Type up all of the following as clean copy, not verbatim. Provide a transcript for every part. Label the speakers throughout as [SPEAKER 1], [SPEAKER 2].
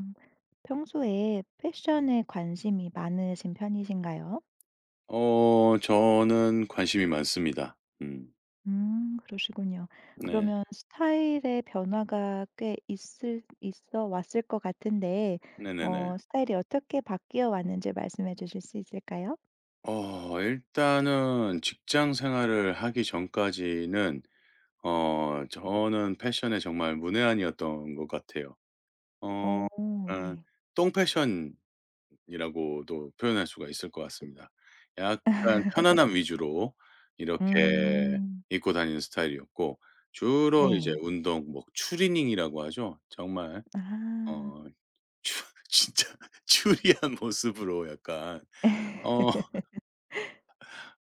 [SPEAKER 1] 음, 평소에 패션에 관심이 많으신 편이신가요?
[SPEAKER 2] 저는 관심이 많습니다. 음.
[SPEAKER 1] 그러시군요.
[SPEAKER 2] 음. 네.
[SPEAKER 1] 그러면 스타일의 변화가 꽤 있어 왔을 것 같은데,
[SPEAKER 2] 네네네.
[SPEAKER 1] 스타일이 어떻게 바뀌어 왔는지 말씀해 주실 수 있을까요?
[SPEAKER 2] 일단은 직장 생활을 하기 전까지는 저는 패션에 정말 문외한이었던 것 같아요. 어
[SPEAKER 1] 오,
[SPEAKER 2] 약간
[SPEAKER 1] 네.
[SPEAKER 2] 똥 패션이라고도 표현할 수가 있을 것 같습니다. 약간 편안함 위주로 이렇게
[SPEAKER 1] 음,
[SPEAKER 2] 입고 다니는 스타일이었고 주로 이제
[SPEAKER 1] 네.
[SPEAKER 2] 운동 뭐 추리닝이라고 하죠. 정말
[SPEAKER 1] 아.
[SPEAKER 2] 어 주 진짜 추리한 모습으로 약간 어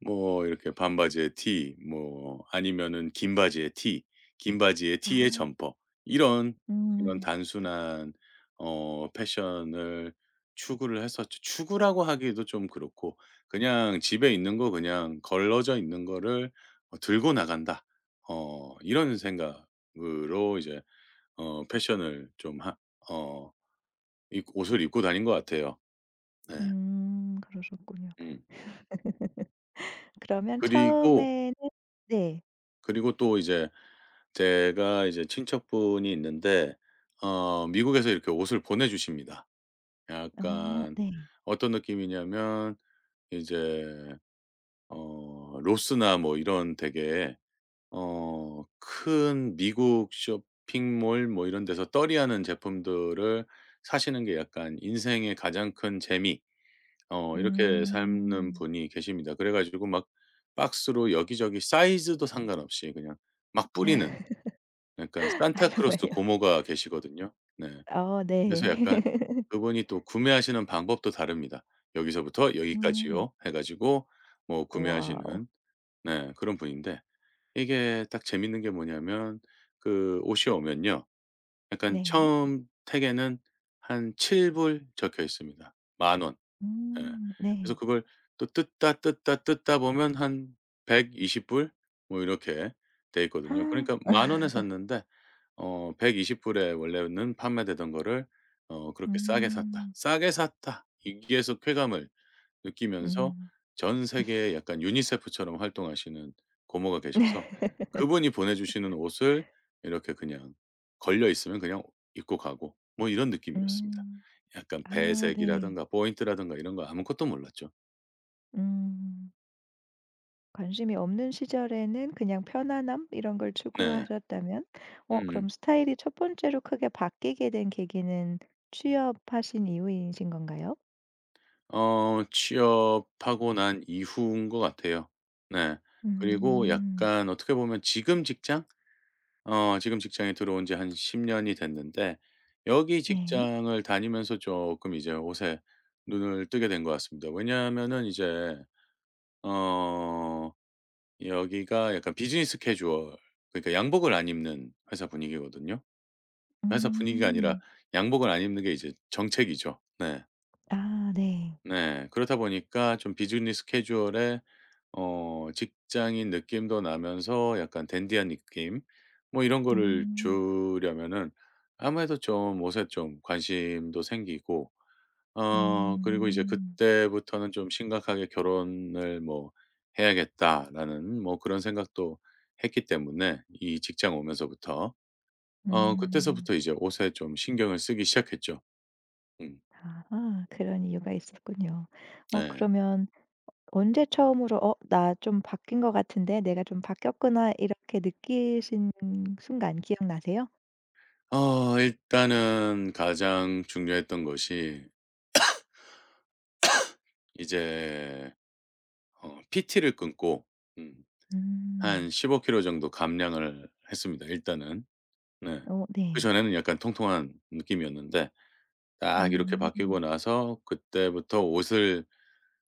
[SPEAKER 2] 뭐 이렇게 반바지에 티, 뭐 아니면은 긴 바지에 티, 긴 바지에
[SPEAKER 1] 아,
[SPEAKER 2] 티에 점퍼, 이런, 이런
[SPEAKER 1] 음,
[SPEAKER 2] 단순한 패션을 추구를 했었죠. 추구라고 하기도 좀 그렇고 그냥 '집에 있는 거, 그냥 걸러져 있는 거를 들고 나간다.' 이런 생각으로 이제 어 패션을 좀 하 어 입 옷을 입고 다닌 것 같아요. 네.
[SPEAKER 1] 그러셨군요.
[SPEAKER 2] 음.
[SPEAKER 1] 그러면
[SPEAKER 2] 그리고,
[SPEAKER 1] 처음에는, 네,
[SPEAKER 2] 그리고 또 이제 제가 이제 친척분이 있는데 미국에서 이렇게 옷을 보내주십니다.
[SPEAKER 1] 어,
[SPEAKER 2] 약간
[SPEAKER 1] 네.
[SPEAKER 2] 어떤 느낌이냐면 이제 로스나 뭐 이런, 되게 어 큰 미국 쇼핑몰 뭐 이런 데서 떨이하는 제품들을 사시는 게 약간 인생의 가장 큰 재미, 이렇게 삶는
[SPEAKER 1] 음.
[SPEAKER 2] 분이 계십니다. 그래 가지고 막 박스로 여기저기 사이즈도 상관없이 그냥 막 뿌리는, 약간
[SPEAKER 1] 아
[SPEAKER 2] 산타크로스
[SPEAKER 1] 정말요?
[SPEAKER 2] 고모가 계시거든요. 네.
[SPEAKER 1] 어 네.
[SPEAKER 2] 그래서 약간 그분이 또 구매하시는 방법도 다릅니다. "여기서부터
[SPEAKER 1] 음.
[SPEAKER 2] 여기까지요." 해 가지고 뭐
[SPEAKER 1] 와우.
[SPEAKER 2] 구매하시는, 네 그런 분인데 이게 딱 재밌는 게 뭐냐면 그 옷이 오면요, 약간
[SPEAKER 1] 네.
[SPEAKER 2] 처음 택에는 한 7불 적혀 있습니다. 만 원. 예. 그래서
[SPEAKER 1] 네.
[SPEAKER 2] 그걸 또 뜯다, 뜯다, 뜯다 보면 한 120불 뭐 이렇게 돼 있거든요. 그러니까 만 원에 샀는데 120 불에 원래는 판매되던 거를 그렇게 싸게 샀다.
[SPEAKER 1] 음.
[SPEAKER 2] '싸게 샀다.' 여기에서 쾌감을 느끼면서,
[SPEAKER 1] 음.
[SPEAKER 2] 전 세계에 약간 유니세프처럼 활동하시는 고모가 계셔서, 그분이 보내주시는 옷을 이렇게 그냥 걸려 있으면 그냥 입고 가고, 뭐 이런 느낌이었습니다.
[SPEAKER 1] 음.
[SPEAKER 2] 약간
[SPEAKER 1] 아 네.
[SPEAKER 2] 배색이라든가 포인트라든가 이런 거 아무것도 몰랐죠.
[SPEAKER 1] 음. 관심이 없는 시절에는 그냥 편안함 이런 걸
[SPEAKER 2] 네.
[SPEAKER 1] 추구하셨다면 어
[SPEAKER 2] 음.
[SPEAKER 1] 그럼 스타일이 첫 번째로 크게 바뀌게 된 계기는 취업하신 이후이신 건가요?
[SPEAKER 2] 취업하고 난 이후인 것 같아요. 네. 그리고
[SPEAKER 1] 음.
[SPEAKER 2] 약간 어떻게 보면 지금 직장? 지금 직장에 들어온 지 한 10 년이 됐는데 여기
[SPEAKER 1] 네.
[SPEAKER 2] 직장을 다니면서 조금 이제 옷에 눈을 뜨게 된 것 같습니다. 왜냐하면은 이제 어 여기가 약간 비즈니스 캐주얼, 그러니까 양복을 안 입는 회사 분위기거든요. 회사 분위기가 아니라
[SPEAKER 1] 음.
[SPEAKER 2] 양복을 안 입는 게 이제 정책이죠. 네.
[SPEAKER 1] 아 네.
[SPEAKER 2] 네. 그렇다 보니까 좀 비즈니스 캐주얼에 직장인 느낌도 나면서 약간 댄디한 느낌 뭐 이런 거를
[SPEAKER 1] 음.
[SPEAKER 2] 주려면은 아무래도 좀 옷에 좀 관심도 생기고, 그리고 이제
[SPEAKER 1] 음.
[SPEAKER 2] 그때부터는 좀 심각하게 '결혼을 뭐 해야겠다.'라는 뭐 그런 생각도 했기 때문에, 이 직장 오면서부터,
[SPEAKER 1] 음.
[SPEAKER 2] 그때서부터 이제 옷에 좀 신경을 쓰기 시작했죠. 음
[SPEAKER 1] 아하, 그런 이유가 있었군요. 어
[SPEAKER 2] 네.
[SPEAKER 1] 그러면 언제 처음으로 '어 나 좀 바뀐 것 같은데. 내가 좀 바뀌었구나.' 이렇게 느끼신 순간 기억나세요?
[SPEAKER 2] 일단은 가장 중요했던 것이 이제 PT를 끊고 음
[SPEAKER 1] 음.
[SPEAKER 2] 한 15 킬로 정도 감량을 했습니다 일단은. 네.
[SPEAKER 1] 어 네.
[SPEAKER 2] 그전에는 약간 통통한 느낌이었는데 딱 이렇게 바뀌고
[SPEAKER 1] 음.
[SPEAKER 2] 나서 그때부터 옷을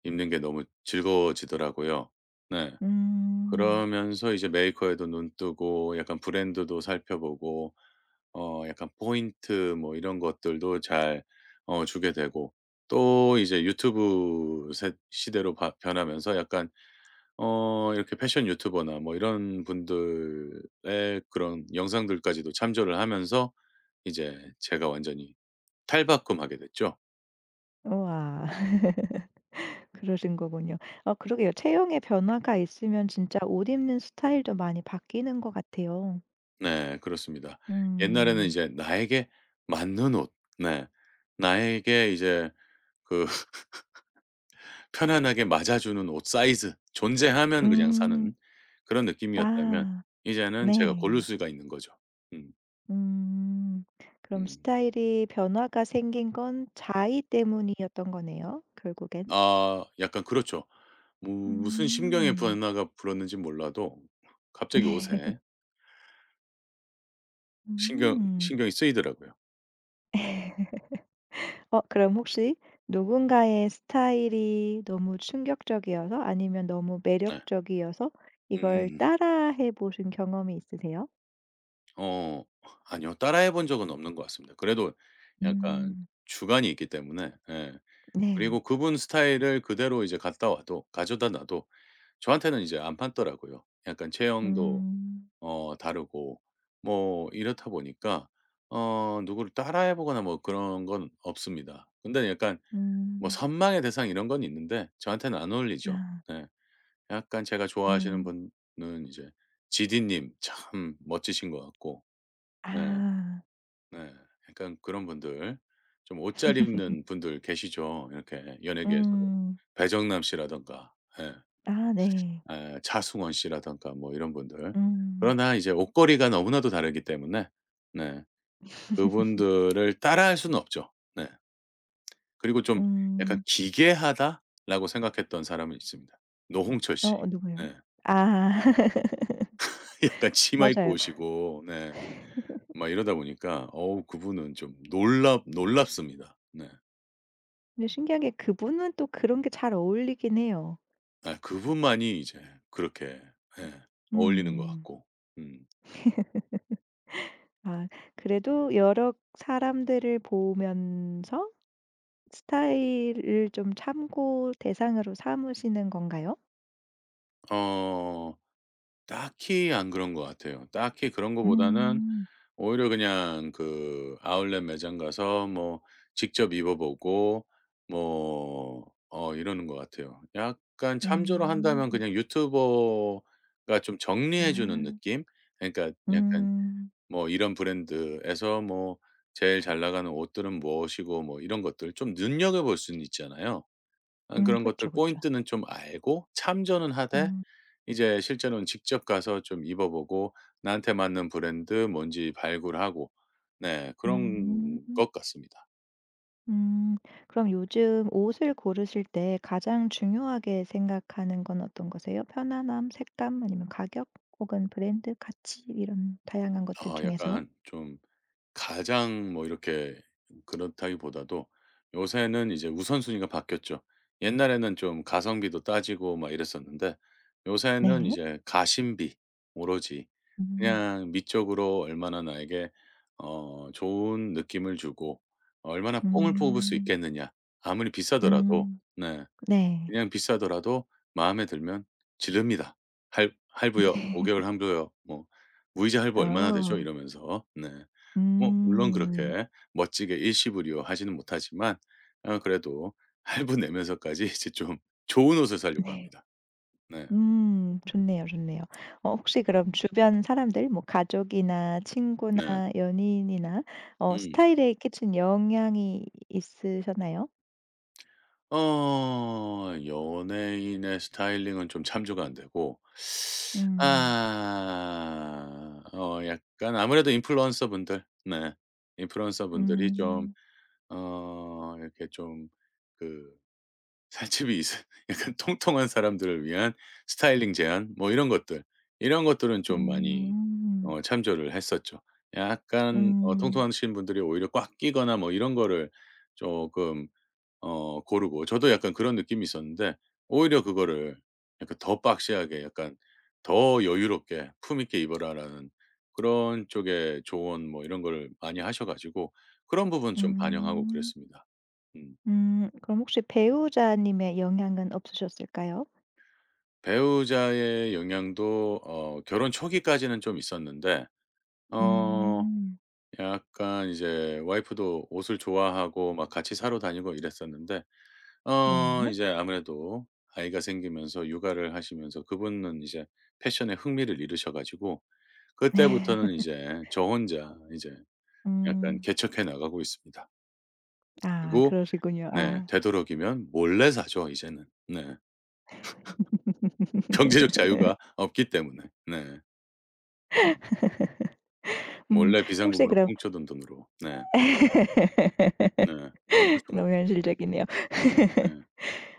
[SPEAKER 2] 입는 게 너무 즐거워지더라고요. 네.
[SPEAKER 1] 음.
[SPEAKER 2] 그러면서 이제 메이커에도 눈 뜨고 약간 브랜드도 살펴보고 약간 포인트 뭐 이런 것들도 잘 주게 되고, 또 이제 유튜브 세 시대로 바 변하면서 약간 이렇게 패션 유튜버나 뭐 이런 분들의 그런 영상들까지도 참조를 하면서 이제 제가 완전히 탈바꿈하게 됐죠.
[SPEAKER 1] 우와. 그러신 거군요. 어 그러게요. 체형에 변화가 있으면 진짜 옷 입는 스타일도 많이 바뀌는 것 같아요.
[SPEAKER 2] 네 그렇습니다. 옛날에는
[SPEAKER 1] 음.
[SPEAKER 2] 이제 나에게 맞는 옷, 네, 나에게 이제 그 편안하게 맞아주는 옷 사이즈 존재하면 그냥
[SPEAKER 1] 음.
[SPEAKER 2] 사는 그런 느낌이었다면,
[SPEAKER 1] 아
[SPEAKER 2] 이제는 제가
[SPEAKER 1] 네.
[SPEAKER 2] 고를 수가 있는 거죠. 음.
[SPEAKER 1] 음. 그럼
[SPEAKER 2] 음.
[SPEAKER 1] 스타일이 변화가 생긴 건 자의 때문이었던 거네요 결국엔.
[SPEAKER 2] 아 약간 그렇죠. 무 무슨 심경의
[SPEAKER 1] 음.
[SPEAKER 2] 변화가 불었는지 몰라도 갑자기 옷에 신경
[SPEAKER 1] 음.
[SPEAKER 2] 신경이 쓰이더라고요.
[SPEAKER 1] 어 그럼 혹시 누군가의 스타일이 너무 충격적이어서 아니면 너무
[SPEAKER 2] 네.
[SPEAKER 1] 매력적이어서 이걸
[SPEAKER 2] 음.
[SPEAKER 1] 따라해 보신 경험이 있으세요?
[SPEAKER 2] 어 아니요, 따라해 본 적은 없는 것 같습니다. 그래도 약간
[SPEAKER 1] 음.
[SPEAKER 2] 주관이 있기 때문에. 예.
[SPEAKER 1] 네.
[SPEAKER 2] 그리고 그분 스타일을 그대로 이제 갖다 와도, 가져다 놔도 저한테는 이제 안 맞더라고요. 약간 체형도
[SPEAKER 1] 음.
[SPEAKER 2] 다르고 뭐 이렇다 보니까 누구를 따라해 보거나 뭐 그런 건 없습니다. 근데 약간 뭐
[SPEAKER 1] 음.
[SPEAKER 2] 선망의 대상 이런 건 있는데 저한테는 안 어울리죠.
[SPEAKER 1] 아.
[SPEAKER 2] 네. 약간 제가 좋아하시는
[SPEAKER 1] 음.
[SPEAKER 2] 분은 이제 GD 님 참 멋지신 것 같고. 네.
[SPEAKER 1] 아.
[SPEAKER 2] 네. 약간 그런 분들, 좀 옷 잘 입는 분들 계시죠, 이렇게 연예계에서도.
[SPEAKER 1] 음.
[SPEAKER 2] 배정남 씨라든가, 예.
[SPEAKER 1] 아 네.
[SPEAKER 2] 예 차승원 씨라든가 뭐 이런 분들.
[SPEAKER 1] 음.
[SPEAKER 2] 그러나 이제 옷걸이가 너무나도 다르기 때문에 네 그분들을 따라할 수는 없죠. 네. 그리고 좀 약간
[SPEAKER 1] 음.
[SPEAKER 2] '기괴하다.'라고 생각했던 사람은 있습니다. 노홍철 씨.
[SPEAKER 1] 어 누구요?
[SPEAKER 2] 네.
[SPEAKER 1] 아
[SPEAKER 2] 약간 치마 입고
[SPEAKER 1] 맞아요.
[SPEAKER 2] 오시고, 네, 막 이러다 보니까 어우 그분은 좀 놀랍습니다. 네.
[SPEAKER 1] 근데 신기한 게 그분은 또 그런 게 잘 어울리긴 해요.
[SPEAKER 2] 아 그분만이 이제 그렇게, 예, 어울리는 것
[SPEAKER 1] 음.
[SPEAKER 2] 같고. 음.
[SPEAKER 1] 아 그래도 여러 사람들을 보면서 스타일을 좀 참고 대상으로 삼으시는 건가요?
[SPEAKER 2] 어 딱히 안 그런 것 같아요. 딱히 그런 거보다는
[SPEAKER 1] 음.
[SPEAKER 2] 오히려 그냥 그 아울렛 매장 가서 뭐 직접 입어 보고 뭐 이러는 것 같아요. 약간 참조로 한다면
[SPEAKER 1] 음.
[SPEAKER 2] 그냥 유튜버가 좀 정리해 주는
[SPEAKER 1] 아.
[SPEAKER 2] 느낌? 그러니까 약간
[SPEAKER 1] 음.
[SPEAKER 2] 뭐 이런 브랜드에서 뭐 제일 잘 나가는 옷들은 무엇이고 뭐 이런 것들 좀 눈여겨볼 수는 있잖아요. 아
[SPEAKER 1] 음.
[SPEAKER 2] 그런
[SPEAKER 1] 그쵸,
[SPEAKER 2] 것들
[SPEAKER 1] 그쵸.
[SPEAKER 2] 포인트는 좀 알고 참조는 하되
[SPEAKER 1] 음.
[SPEAKER 2] 이제 실제로는 직접 가서 좀 입어 보고 나한테 맞는 브랜드 뭔지 발굴하고, 네
[SPEAKER 1] 음.
[SPEAKER 2] 그런 것 같습니다.
[SPEAKER 1] 음. 그럼 요즘 옷을 고르실 때 가장 중요하게 생각하는 건 어떤 거세요? 편안함, 색감, 아니면 가격, 혹은 브랜드, 가치 이런 다양한 것들
[SPEAKER 2] 아
[SPEAKER 1] 중에서?
[SPEAKER 2] 약간 좀 가장 뭐 이렇게 그렇다기보다도, 요새는 이제 우선순위가 바뀌었죠. 옛날에는 좀 가성비도 따지고 막 이랬었는데 요새는
[SPEAKER 1] 네.
[SPEAKER 2] 이제 가심비, 오로지
[SPEAKER 1] 음.
[SPEAKER 2] 그냥 미적으로 얼마나 나에게 좋은 느낌을 주고, 얼마나 뽕을 뽑을 수
[SPEAKER 1] 음.
[SPEAKER 2] 있겠느냐. 아무리 비싸더라도.
[SPEAKER 1] 음.
[SPEAKER 2] 네.
[SPEAKER 1] 네.
[SPEAKER 2] 그냥 비싸더라도 마음에 들면 지릅니다. 할 할부요. 5개월 할부요. 뭐 무이자 할부 얼마나 되죠?
[SPEAKER 1] 어.
[SPEAKER 2] 이러면서. 네. 뭐 물론
[SPEAKER 1] 음.
[SPEAKER 2] 그렇게 멋지게 일시불이요 하지는 못하지만 그래도 할부 내면서까지 이제 좀 좋은 옷을 사려고
[SPEAKER 1] 네.
[SPEAKER 2] 합니다. 네.
[SPEAKER 1] 음. 좋네요, 좋네요. 어 혹시 그럼 주변 사람들 뭐 가족이나 친구나
[SPEAKER 2] 네.
[SPEAKER 1] 연인이나 어
[SPEAKER 2] 음.
[SPEAKER 1] 스타일에 끼친 영향이 있으셨나요?
[SPEAKER 2] 연예인의 스타일링은 좀 참조가 안 되고,
[SPEAKER 1] 음.
[SPEAKER 2] 아, 약간 아무래도 인플루언서 분들, 네, 인플루언서 분들이 좀
[SPEAKER 1] 음.
[SPEAKER 2] 이렇게 좀그 살집이 있어, 약간 통통한 사람들을 위한 스타일링 제안 뭐 이런 것들, 이런 것들은 좀 많이
[SPEAKER 1] 음.
[SPEAKER 2] 참조를 했었죠. 약간
[SPEAKER 1] 음.
[SPEAKER 2] 통통하신 분들이 오히려 꽉 끼거나 뭐 이런 거를 조금 고르고 저도 약간 그런 느낌이 있었는데, 오히려 그거를 약간 더 박시하게, 약간 "더 여유롭게 품 있게 입어라."라는 그런 쪽의 조언 뭐 이런 걸 많이 하셔 가지고 그런 부분 좀 반영하고
[SPEAKER 1] 음.
[SPEAKER 2] 그랬습니다. 음.
[SPEAKER 1] 음. 그럼 혹시 배우자님의 영향은 없으셨을까요?
[SPEAKER 2] 배우자의 영향도 결혼 초기까지는 좀 있었는데 어
[SPEAKER 1] 음.
[SPEAKER 2] 약간 이제 와이프도 옷을 좋아하고 막 같이 사러 다니고 이랬었는데,
[SPEAKER 1] 네.
[SPEAKER 2] 이제 아무래도 아이가 생기면서 육아를 하시면서 그분은 이제 패션에 흥미를 잃으셔 가지고, 그때부터는 이제 저 혼자 이제 약간
[SPEAKER 1] 음.
[SPEAKER 2] 개척해 나가고 있습니다.
[SPEAKER 1] 아
[SPEAKER 2] 그리고
[SPEAKER 1] 그러시군요.
[SPEAKER 2] 네
[SPEAKER 1] 아.
[SPEAKER 2] 되도록이면 몰래 사죠 이제는. 네. 경제적 자유가 없기 때문에. 네.
[SPEAKER 1] 음.
[SPEAKER 2] 몰래
[SPEAKER 1] 혹시
[SPEAKER 2] 비상금으로
[SPEAKER 1] 그럼
[SPEAKER 2] 꽁쳐둔 돈으로. 네. 네. 어쩔 수가
[SPEAKER 1] 너무
[SPEAKER 2] 없죠. 네.
[SPEAKER 1] 현실적이네요.
[SPEAKER 2] 네.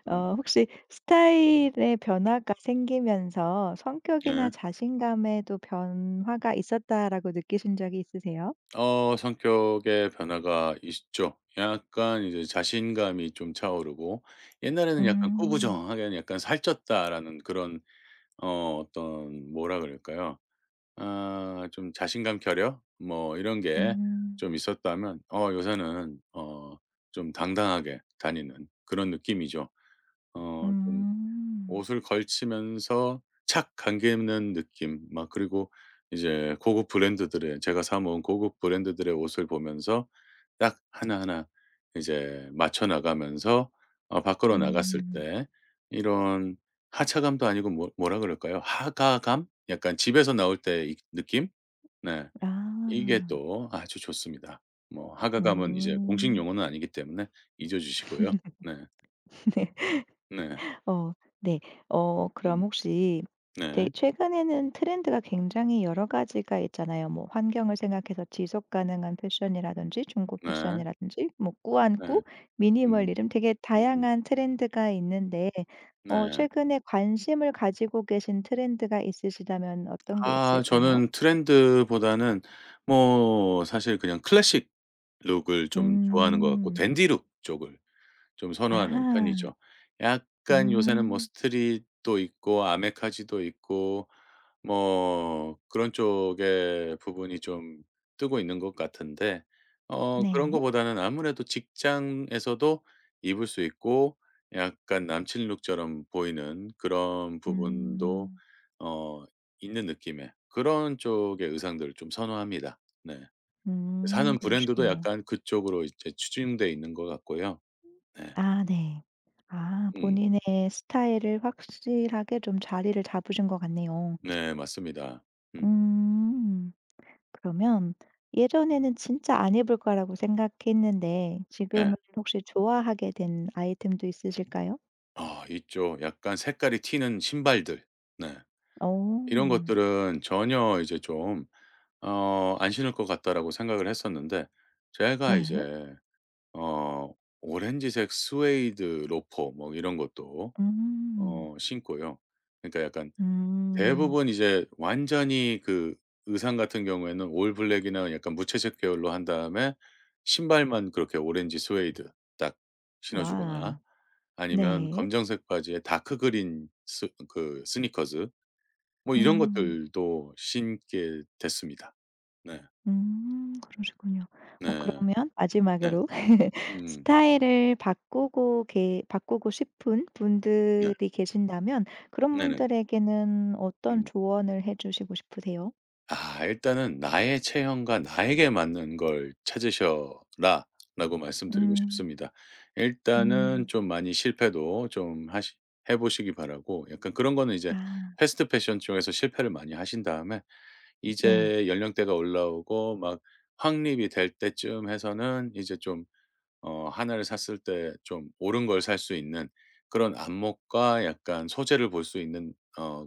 [SPEAKER 2] 음.
[SPEAKER 1] 어 혹시 스타일의 변화가 생기면서 성격이나
[SPEAKER 2] 네.
[SPEAKER 1] 자신감에도 변화가 있었다라고 느끼신 적이 있으세요?
[SPEAKER 2] 성격의 변화가 있죠. 약간 이제 자신감이 좀 차오르고 옛날에는 약간
[SPEAKER 1] 음.
[SPEAKER 2] 꾸부정하게 약간 살쪘다라는 그런 어떤 뭐라 그럴까요? 아 좀 자신감 결여 뭐 이런 게
[SPEAKER 1] 음.
[SPEAKER 2] 좀 있었다면 요새는 좀 당당하게 다니는 그런 느낌이죠. 어좀
[SPEAKER 1] 음.
[SPEAKER 2] 옷을 걸치면서 착 감기는 느낌 막, 그리고 이제 고급 브랜드들의, 제가 사 모은 고급 브랜드들의 옷을 보면서 딱 하나하나 이제 맞춰 나가면서, 밖으로 나갔을
[SPEAKER 1] 음.
[SPEAKER 2] 때 이런 하차감도 아니고 뭐 뭐라 그럴까요? 하가감? 약간 집에서 나올 때 이 느낌? 네. 이게
[SPEAKER 1] 아.
[SPEAKER 2] 또 아주 좋습니다. 뭐 하가감은 이제 공식
[SPEAKER 1] 음.
[SPEAKER 2] 용어는 아니기 때문에 잊어 주시고요. 네. 네.
[SPEAKER 1] 어 네. 어 그럼
[SPEAKER 2] 음.
[SPEAKER 1] 혹시 되
[SPEAKER 2] 네.
[SPEAKER 1] 최근에는 트렌드가 굉장히 여러 가지가 있잖아요. 뭐 환경을 생각해서 지속 가능한 패션이라든지 중고
[SPEAKER 2] 네.
[SPEAKER 1] 패션이라든지 뭐
[SPEAKER 2] 네.
[SPEAKER 1] 꾸안꾸,
[SPEAKER 2] 음.
[SPEAKER 1] 미니멀리즘 되게
[SPEAKER 2] 음음.
[SPEAKER 1] 다양한 트렌드가 있는데 어
[SPEAKER 2] 네.
[SPEAKER 1] 최근에 관심을 가지고 계신 트렌드가 있으시다면 어떤 게
[SPEAKER 2] 아
[SPEAKER 1] 있을까요?
[SPEAKER 2] 저는 트렌드보다는 뭐 사실 그냥 클래식 룩을 좀 좋아하는 것 같고
[SPEAKER 1] 음.
[SPEAKER 2] 댄디룩 쪽을 좀 선호하는
[SPEAKER 1] 아하.
[SPEAKER 2] 편이죠. 약간 요새는 뭐
[SPEAKER 1] 음.
[SPEAKER 2] 스트릿도 있고 아메카지도 있고 뭐 그런 쪽의 부분이 좀 뜨고 있는 것 같은데 그런
[SPEAKER 1] 네.
[SPEAKER 2] 거보다는 아무래도 직장에서도 입을 수 있고 약간 남친 룩처럼 보이는 그런 부분도
[SPEAKER 1] 음.
[SPEAKER 2] 어 있는 느낌의 그런 쪽의 의상들을 좀 선호합니다. 네. 사는 브랜드도
[SPEAKER 1] 그러시군요.
[SPEAKER 2] 약간 그쪽으로 이제 추진돼 있는 것 같고요. 네.
[SPEAKER 1] 아 네. 아
[SPEAKER 2] 음.
[SPEAKER 1] 본인의 스타일을 확실하게 좀 자리를 잡으신 것 같네요.
[SPEAKER 2] 네 맞습니다. 음
[SPEAKER 1] 음. 그러면 예전에는 진짜 안 입을 거라고 생각했는데
[SPEAKER 2] 네.
[SPEAKER 1] 지금은 혹시 좋아하게 된 아이템도 있으실까요?
[SPEAKER 2] 아 있죠. 약간 색깔이 튀는 신발들. 네.
[SPEAKER 1] 오,
[SPEAKER 2] 이런 것들은 전혀 이제 좀 '안 신을 것 같다.'라고 생각을 했었는데 제가
[SPEAKER 1] 네.
[SPEAKER 2] 이제 어 오렌지색 스웨이드 로퍼 뭐 이런 것도
[SPEAKER 1] 음.
[SPEAKER 2] 신고요. 그러니까 약간
[SPEAKER 1] 음.
[SPEAKER 2] 대부분 이제 완전히 그 의상 같은 경우에는 올 블랙이나 약간 무채색 계열로 한 다음에 신발만 그렇게 오렌지 스웨이드 딱 신어 주거나,
[SPEAKER 1] 와.
[SPEAKER 2] 아니면
[SPEAKER 1] 네.
[SPEAKER 2] 검정색 바지에 다크 그린 스 그 스니커즈 뭐 이런
[SPEAKER 1] 음.
[SPEAKER 2] 것들도 신게 됐습니다. 네.
[SPEAKER 1] 그러시군요. 어
[SPEAKER 2] 네.
[SPEAKER 1] 그러면
[SPEAKER 2] 네.
[SPEAKER 1] 마지막으로
[SPEAKER 2] 음.
[SPEAKER 1] 스타일을 바꾸고 싶은
[SPEAKER 2] 네.
[SPEAKER 1] 분들이 계신다면 그런
[SPEAKER 2] 네네.
[SPEAKER 1] 분들에게는 어떤
[SPEAKER 2] 음.
[SPEAKER 1] 조언을 해 주시고 싶으세요?
[SPEAKER 2] 아 일단은 "나의 체형과 나에게 맞는 걸 찾으셔라."라고 말씀드리고
[SPEAKER 1] 음.
[SPEAKER 2] 싶습니다. 일단은
[SPEAKER 1] 음.
[SPEAKER 2] 좀 많이 실패도 좀 하시 해 보시기 바라고, 약간 그런 거는 이제
[SPEAKER 1] 아
[SPEAKER 2] 패스트 패션 쪽에서 실패를 많이 하신 다음에
[SPEAKER 1] 네.
[SPEAKER 2] 이제 연령대가 올라오고 막 확립이 될 때쯤 해서는 이제 좀어나를 샀을 때 좀 옳은 걸 살 수 있는 그런 안목과, 약간 소재를 볼 수 있는 어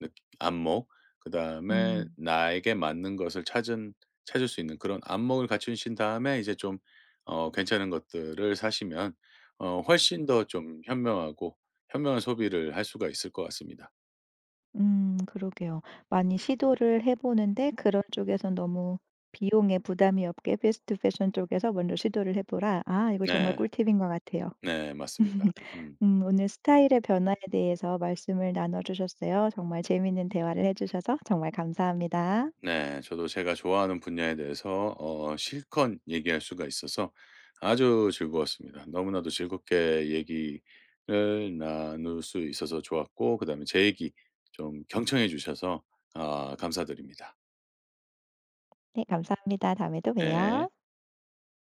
[SPEAKER 2] 느 안목, 그다음에
[SPEAKER 1] 음.
[SPEAKER 2] 나에게 맞는 것을 찾은 찾을 수 있는 그런 안목을 갖추신 다음에 이제 좀 괜찮은 것들을 사시면 훨씬 더 좀 현명하고 현명한 소비를 할 수가 있을 것 같습니다.
[SPEAKER 1] 그러게요. 많이 시도를 해 보는데 그런 쪽에선 너무 비용에 부담이 없게 '패스트 패션 쪽에서 먼저 시도를 해 보라.' 아 이거 정말
[SPEAKER 2] 네.
[SPEAKER 1] 꿀팁인 것 같아요.
[SPEAKER 2] 네 맞습니다. 음.
[SPEAKER 1] 오늘 스타일의 변화에 대해서 말씀을 나눠 주셨어요. 정말 재미있는 대화를 해 주셔서 정말 감사합니다.
[SPEAKER 2] 네. 저도 제가 좋아하는 분야에 대해서 실컷 얘기할 수가 있어서 아주 즐거웠습니다. 너무나도 즐겁게 얘기를 나눌 수 있어서 좋았고, 그다음에 제 얘기 좀 경청해 주셔서 아 감사드립니다.
[SPEAKER 1] 네 감사합니다. 다음에 또
[SPEAKER 2] 네.
[SPEAKER 1] 봬요.